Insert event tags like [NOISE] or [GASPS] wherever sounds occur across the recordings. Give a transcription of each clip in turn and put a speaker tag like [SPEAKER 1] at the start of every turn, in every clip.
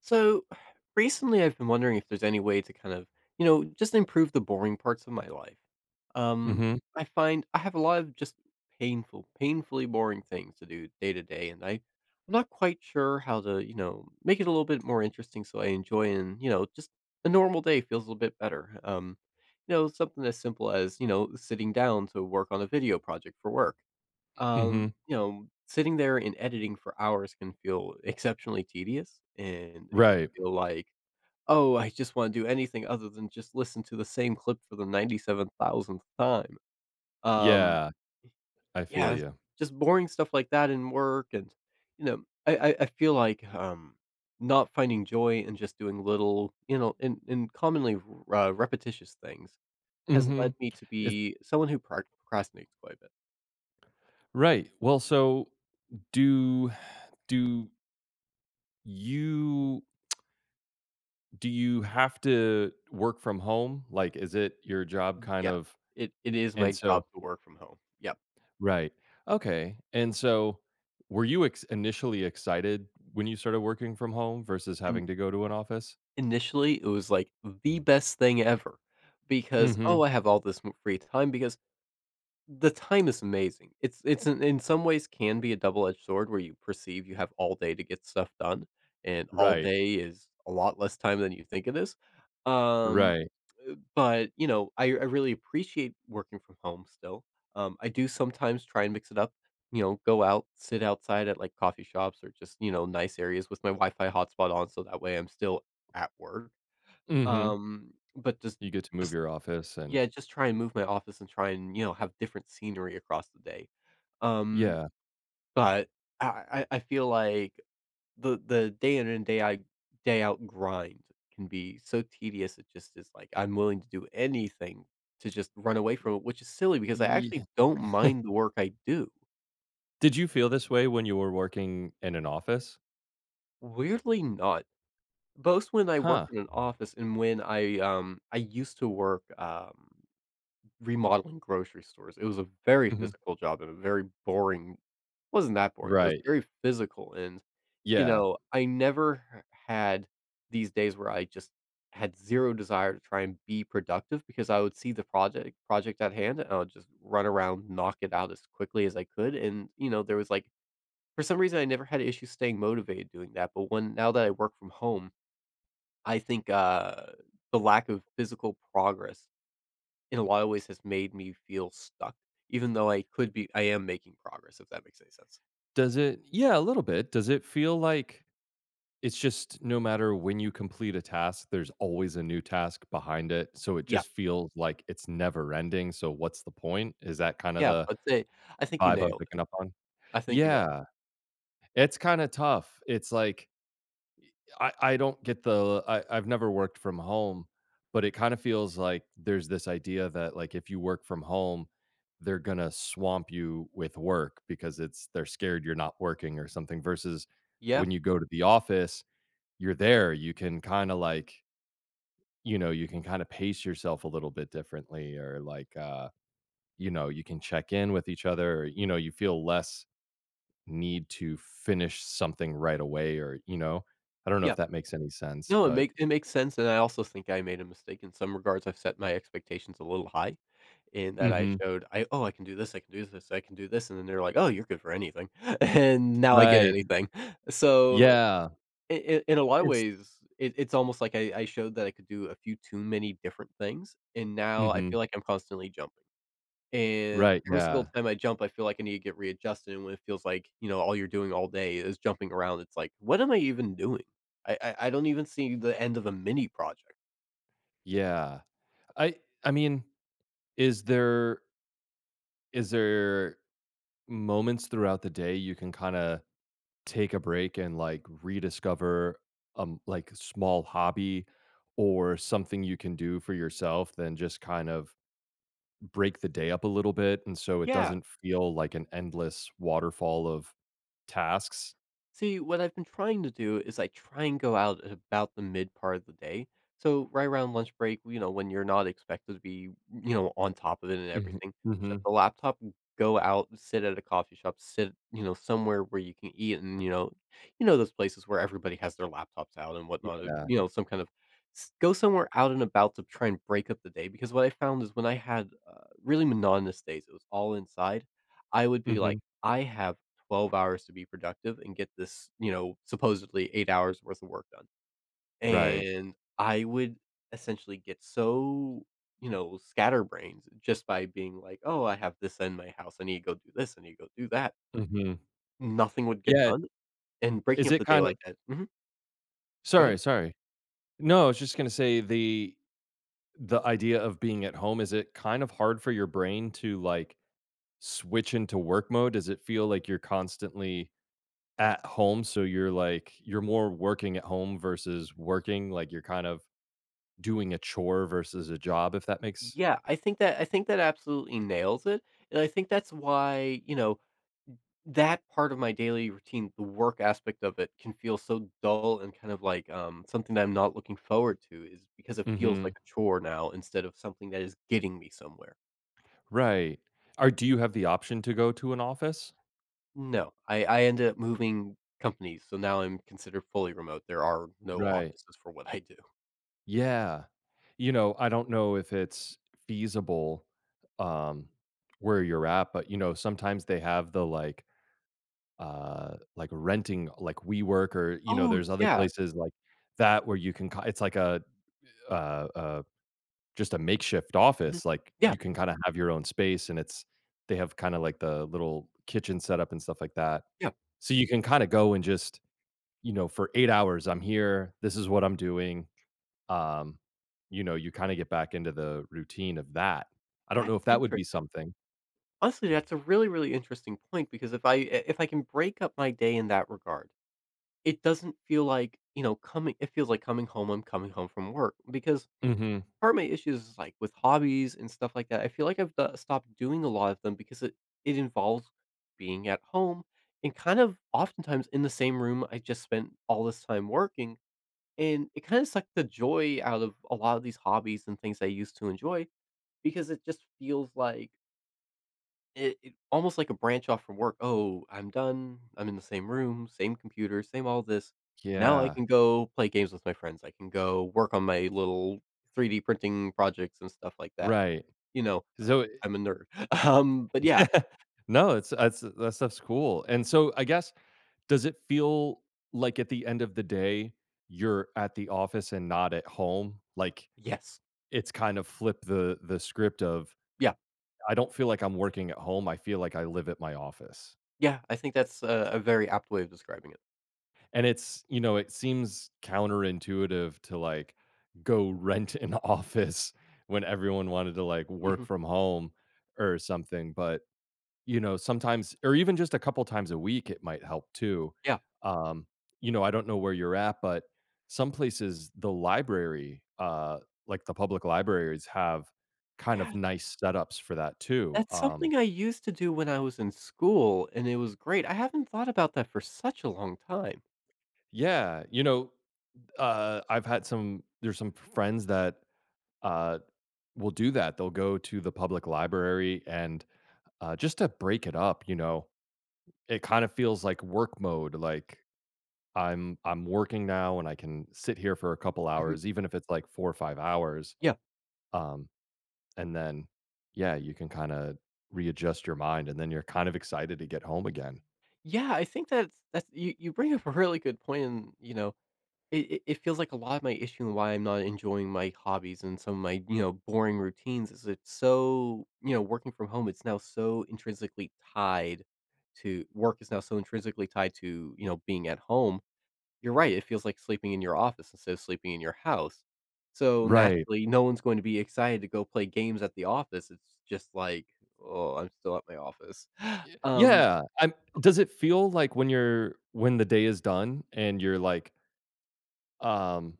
[SPEAKER 1] So [SIGHS] recently, I've been wondering if there's any way to kind of, just improve the boring parts of my life. Um,
[SPEAKER 2] Mhm,
[SPEAKER 1] I find I have a lot of just painful, painfully boring things to do day to day, and I'm not quite sure how to, you know, make it a little bit more interesting so I enjoy and, you know, just a normal day feels a little bit better. You know, something as simple as, you know, sitting down to work on a video project for work
[SPEAKER 2] mhm.
[SPEAKER 1] you know, sitting there and editing for hours can feel exceptionally tedious, and it can
[SPEAKER 2] Right.
[SPEAKER 1] feel like, "Oh, I just wanna do anything other than just listen to the same clip for the 97,000th time." Um,
[SPEAKER 2] Yeah, I
[SPEAKER 1] yeah,
[SPEAKER 2] feel
[SPEAKER 1] right.
[SPEAKER 2] you.
[SPEAKER 1] Just boring stuff like that in work and, you know, I feel like, not finding joy in just doing little, you know, in commonly repetitious things has led
[SPEAKER 2] Mhm.
[SPEAKER 1] me to
[SPEAKER 2] It
[SPEAKER 1] be someone who procrastinates quite a bit.
[SPEAKER 2] right. Well, so do do you do you have to work from home? Like, is it your job kind
[SPEAKER 1] Yeah.
[SPEAKER 2] of
[SPEAKER 1] It is my
[SPEAKER 2] and
[SPEAKER 1] job
[SPEAKER 2] so
[SPEAKER 1] to work from home. Yep.
[SPEAKER 2] right. Okay. And so were you ex initially excited when you started working from home versus
[SPEAKER 1] And
[SPEAKER 2] having to go to an office?
[SPEAKER 1] initially, it was, like, the best thing ever because, "Oh,
[SPEAKER 2] Mhm.
[SPEAKER 1] I have all this m free time," because the time is amazing. It's in some ways can be a double-edged sword where you perceive you have all day to get stuff done, and all
[SPEAKER 2] Right.
[SPEAKER 1] day is a lot less time than you think it is. Um,
[SPEAKER 2] Right.
[SPEAKER 1] but, you know, I really appreciate working from home still. I do sometimes try and mix it up, you know, go out, sit outside at, like, coffee shops or just, you know, nice areas with my Wi-Fi hotspot on so that way I'm still at work.
[SPEAKER 2] Mhm.
[SPEAKER 1] But
[SPEAKER 2] You get to move
[SPEAKER 1] just
[SPEAKER 2] your office and
[SPEAKER 1] yeah, just try and move my office and try and, you know, have different scenery across the day. Um,
[SPEAKER 2] yeah.
[SPEAKER 1] but I I feel like the day in and day out grind can be so tedious. It just is like I'm willing to do anything to just run away from it, which is silly because I
[SPEAKER 2] Ye
[SPEAKER 1] actually don't mind the work I do.
[SPEAKER 2] Did you feel this way when you were working in an office?
[SPEAKER 1] Weirdly not. Both when I
[SPEAKER 2] Huh.
[SPEAKER 1] worked in an office and when I used to work, remodeling grocery stores. It was a very
[SPEAKER 2] Mhm.
[SPEAKER 1] physical job and a very boring wasn't that boring, but it was
[SPEAKER 2] Right.
[SPEAKER 1] very physical and, you
[SPEAKER 2] Yeah.
[SPEAKER 1] know, I never h had these days where I just had 0 desire to try and be productive because I would see the project at hand, and I would just run around, knock it out as quickly as I could, and, you know, there was, like, for some reason, I never had issues staying motivated doing that, but when now that I work from home, I think, the lack of physical progress in a lot of ways has made me feel stuck, even though I could be I am making progress, if that makes any sense.
[SPEAKER 2] Does it Yeah, a little bit. Does it feel like it's just no matter when you complete a task, there's always a new task behind it, so it
[SPEAKER 1] Yeah,
[SPEAKER 2] just feels like it's never ending, so what's the point? Is that kind of
[SPEAKER 1] yeah,
[SPEAKER 2] the
[SPEAKER 1] I'd say I think you
[SPEAKER 2] vibe I'm
[SPEAKER 1] nailed it.
[SPEAKER 2] picking up on?
[SPEAKER 1] I think you nailed it.
[SPEAKER 2] Yeah, it's kinda tough. It's like I don't get the I've never worked from home, but it kind of feels like there's this idea that like if you work from home, they're gonna swamp you with work because it's they're scared you're not working or something versus
[SPEAKER 1] Yeah,
[SPEAKER 2] when you go to the office, you're there, you can kind of like, you know, you can kind of pace yourself a little bit differently or like you know, you can check in with each other, or, you know, you feel less need to finish something right away or, you know, I don't know
[SPEAKER 1] yeah.
[SPEAKER 2] if that makes any sense,
[SPEAKER 1] No,
[SPEAKER 2] but
[SPEAKER 1] it makes sense, and I also think I made a mistake in some regards. I've set my expectations a little high in that I
[SPEAKER 2] Mhm.
[SPEAKER 1] showed, I "Oh, I can do this, I can do this, I can do this," and then they're like, "Oh, you're good for anything," [LAUGHS] and now I get
[SPEAKER 2] Right.
[SPEAKER 1] anything. So
[SPEAKER 2] Yeah.
[SPEAKER 1] I in a lot of
[SPEAKER 2] It's
[SPEAKER 1] ways, it's almost like I showed that I could do a few too many different things, and now I
[SPEAKER 2] Mhm.
[SPEAKER 1] feel like I'm constantly jumping. And
[SPEAKER 2] Right,
[SPEAKER 1] every single
[SPEAKER 2] yeah.
[SPEAKER 1] time I jump, I feel like I need to get readjusted, and when it feels like, you know, all you're doing all day is jumping around, it's like, "What am I even doing?" I don't even see the end of a mini project.
[SPEAKER 2] Yeah. I I mean, is there is there moments throughout the day you can kinda take a break and, like, rediscover, like, a small hobby or something you can do for yourself then just kind of break the day up a little bit, and so it
[SPEAKER 1] Yeah,
[SPEAKER 2] doesn't feel like an endless waterfall of tasks?
[SPEAKER 1] see, what I've been trying to do is I try and go out at about the mid part of the day. So right around lunch break, you know, when you're not expected to be, you know, on top of it and
[SPEAKER 2] Mhm.
[SPEAKER 1] everything, shut
[SPEAKER 2] Mhm.
[SPEAKER 1] the laptop, go out, sit at a coffee shop, sit, you know, somewhere where you can eat and, you know those places where everybody has their laptops out and whatnot,
[SPEAKER 2] Yeah.
[SPEAKER 1] you know, some kind of go somewhere out and about to try and break up the day because what I found is when I had really monotonous days, it was all inside. I would be like,
[SPEAKER 2] Mhm.
[SPEAKER 1] I have 12 hours to be productive and get this, you know, supposedly 8 hours worth of work done.
[SPEAKER 2] Right.
[SPEAKER 1] And I would essentially get so, you know, scatterbrained just by being like, "Oh, I have this in my house. I need to go do this. I need to go do that."
[SPEAKER 2] Mhm.
[SPEAKER 1] Nothing would get
[SPEAKER 2] Yeah.
[SPEAKER 1] done, and breaking
[SPEAKER 2] Is
[SPEAKER 1] up
[SPEAKER 2] it
[SPEAKER 1] the day
[SPEAKER 2] kind of
[SPEAKER 1] like that, mhm, go ahead.
[SPEAKER 2] sorry, sorry. No, I was just gonna say the idea of being at home, is it kind of hard for your brain to, like, switch into work mode? Does it feel like you're constantly at home, so you're, like, you're more working at home versus working, like, you're kind of doing a chore versus a job, if that makes
[SPEAKER 1] Yeah, I think that absolutely nails it, and I think that's why, you know, that part of my daily routine, the work aspect of it can feel so dull and kind of like, something that I'm not looking forward to is because it feels
[SPEAKER 2] Mhm.
[SPEAKER 1] like a chore now instead of something that is getting me somewhere.
[SPEAKER 2] Right. Or do you have the option to go to an office?
[SPEAKER 1] No, I ended up moving companies, so now I'm considered fully remote. There are no
[SPEAKER 2] Right.
[SPEAKER 1] offices for what I do.
[SPEAKER 2] Yeah. You know, I don't know if it's feasible, um, where you're at, but, you know, sometimes they have the, like, renting, like, WeWork or, you know,
[SPEAKER 1] Oh,
[SPEAKER 2] there's other
[SPEAKER 1] yeah.
[SPEAKER 2] places like that where you can ki it's like a uh, uh, just a makeshift
[SPEAKER 1] Mhm.
[SPEAKER 2] office, like,
[SPEAKER 1] Yeah,
[SPEAKER 2] you can kinda have your own space, and it's they have kinda, like, the little kitchen setup and stuff like that.
[SPEAKER 1] yeah.
[SPEAKER 2] So you can kinda go and just, you know, "For 8 hours, I'm here. This is what I'm doing." Um, you know, you kinda get back into the routine of that. I don't
[SPEAKER 1] That's
[SPEAKER 2] know if that would be
[SPEAKER 1] interesting.
[SPEAKER 2] something.
[SPEAKER 1] Honestly, that's a really, really interesting point because if I can break up my day in that regard, it doesn't feel like, you know, coming it feels like coming home, I'm coming home from work because
[SPEAKER 2] Mhm.
[SPEAKER 1] part of my issues is, like, with hobbies and stuff like that, I feel like I've do stopped doing a lot of them because it involves being at home and kind of oftentimes in the same room I just spent all this time working, and it kinda sucked the joy out of a lot of these hobbies and things I used to enjoy because it just feels like it almost like a branch off from work. "Oh, I'm done. I'm in the same room, same computer, same all this. Now I
[SPEAKER 2] Yeah.
[SPEAKER 1] can go play games with my friends. I can go work on my little 3D printing projects and stuff like that."
[SPEAKER 2] Right.
[SPEAKER 1] You know, I
[SPEAKER 2] So
[SPEAKER 1] I'm a nerd. [LAUGHS] But yeah.
[SPEAKER 2] [LAUGHS] No, it's that's that stuff's cool. And so I guess, does it feel like at the end of the day, you're at the office and not at home? Like,
[SPEAKER 1] Yes.
[SPEAKER 2] it's kind of flip the script of,
[SPEAKER 1] Yeah.
[SPEAKER 2] I don't feel like I'm working at home, I feel like I live at my office.
[SPEAKER 1] Yeah, I think that's a very apt way of describing it.
[SPEAKER 2] And it's, you know, it seems counterintuitive to like go rent an [LAUGHS] office when everyone wanted to like work
[SPEAKER 1] Mhm.
[SPEAKER 2] from home or something. But, you know, sometimes or even just a couple times a week, it might help too.
[SPEAKER 1] Yeah.
[SPEAKER 2] Um, you know, I don't know where you're at, but some places the library, like the public libraries have kind
[SPEAKER 1] Yeah,
[SPEAKER 2] of nice setups for that too.
[SPEAKER 1] that's something I used to do when I was in school, and it was great. I haven't thought about that for such a long time.
[SPEAKER 2] Yeah, you know, I've had there's some friends that, uh, will do that. They'll go to the public library and, just to break it up, you know, it kind of feels like work mode, like, I'm working now and I can sit here for a couple
[SPEAKER 1] Mhm.
[SPEAKER 2] hours, even if it's like 4 or 5 hours,
[SPEAKER 1] Yeah.
[SPEAKER 2] um, and then, yeah, you can kinda readjust your mind, and then you're kind of excited to get home again.
[SPEAKER 1] Yeah, I think that's you bring up a really good point and, you know, it feels like a lot of my issue and why I'm not enjoying my hobbies and some of my, you know, boring routines is it's so, you know, working from home, it's now so intrinsically tied to work is now so intrinsically tied to, you know, being at home. You're right, it feels like sleeping in your office instead of sleeping in your house. So
[SPEAKER 2] Right.
[SPEAKER 1] naturally, no one's going to be excited to go play games at the office. It's just like, oh, I'm still at my office. [GASPS]
[SPEAKER 2] Y
[SPEAKER 1] Um,
[SPEAKER 2] yeah, I'm does it feel like when you're when the day is done and you're like, um,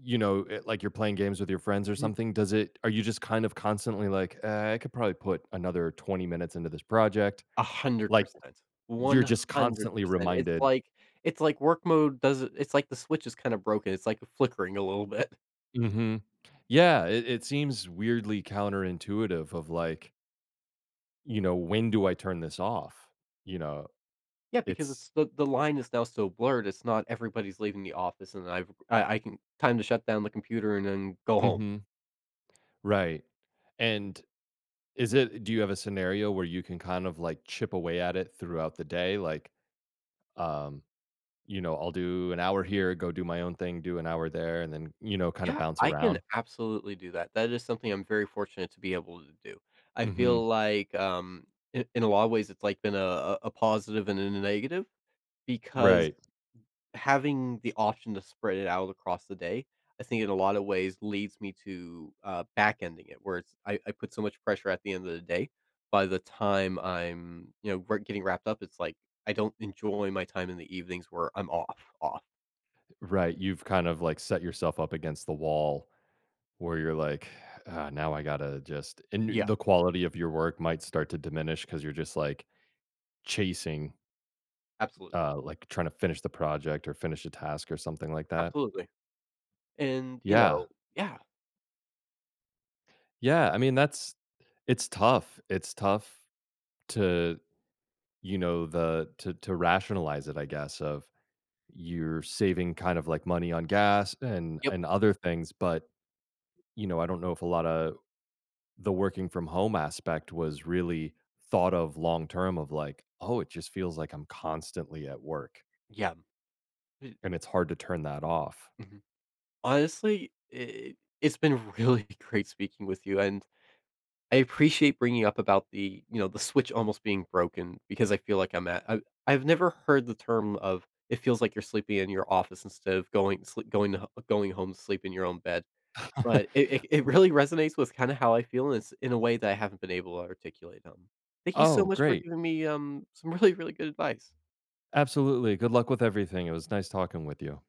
[SPEAKER 2] you know, like you're playing games with your friends or something, does it are you just kind of constantly like, I could probably put another 20 minutes into this project?" Like,
[SPEAKER 1] 100%.
[SPEAKER 2] you're just constantly
[SPEAKER 1] 100%. It's
[SPEAKER 2] reminded
[SPEAKER 1] like work mode does it's like the switch is kinda broken, it's like flickering a little bit.
[SPEAKER 2] Mhm. Yeah, it seems weirdly counterintuitive of like, you know, "When do I turn this off?" You know,
[SPEAKER 1] Yeah, because
[SPEAKER 2] it's
[SPEAKER 1] it's the line is now so blurred, it's not everybody's leaving the office and I can time to shut down the computer and then go home.
[SPEAKER 2] Mhm. Right, and Is it do you have a scenario where you can kind of, like, chip away at it throughout the day? Like, um, you know, I'll do an hour here, go do my own thing, do an hour there, and then, you know, kinda
[SPEAKER 1] Yeah,
[SPEAKER 2] bounce
[SPEAKER 1] I can
[SPEAKER 2] around.
[SPEAKER 1] absolutely do that. That is something I'm very fortunate to be able to do. I feel
[SPEAKER 2] Mhm.
[SPEAKER 1] like, in a lot of ways, it's like been a positive and a negative because
[SPEAKER 2] Right,
[SPEAKER 1] having the option to spread it out across the day, I think in a lot of ways leads me to, back-ending it, where it's I put so much pressure at the end of the day, by the time I'm, you know, wr getting wrapped up, it's like, I don't enjoy my time in the evenings where I'm off, off.
[SPEAKER 2] right. You've kind of, like, set yourself up against the wall where you're like, "Ah, now I gotta just"
[SPEAKER 1] Yeah,
[SPEAKER 2] and the quality of your work might start to diminish because 'cause you're just, like, chasing,
[SPEAKER 1] absolutely,
[SPEAKER 2] like, trying to finish the project or finish a task or something like that.
[SPEAKER 1] absolutely, and, you
[SPEAKER 2] Yeah.
[SPEAKER 1] know, yeah,
[SPEAKER 2] Yeah, I mean, that's it's tough. It's tough to you know the to rationalize it, I guess, of you're saving kind of like money on gas
[SPEAKER 1] yep,
[SPEAKER 2] and other things, but you know I don't know if a lot of the working from home aspect was really thought of long term of like, oh, it just feels like I'm constantly at work
[SPEAKER 1] yeah,
[SPEAKER 2] and it's hard to turn that off.
[SPEAKER 1] mhm. Honestly, I it's been really [LAUGHS] great speaking with you, and I appreciate bringing up about the, you know, the switch almost being broken because I feel like I'm at I I've never heard the term of it feels like you're sleeping in your office instead of going sleep going to h going home to sleep in your own bed, but
[SPEAKER 2] [LAUGHS]
[SPEAKER 1] it really resonates with kinda how I feel, and it's in a way that I haven't been able to articulate. Thank you so
[SPEAKER 2] Oh,
[SPEAKER 1] much for
[SPEAKER 2] great,
[SPEAKER 1] giving me, some [LAUGHS] really, really good advice.
[SPEAKER 2] absolutely. Good luck with everything. It was nice talking with you.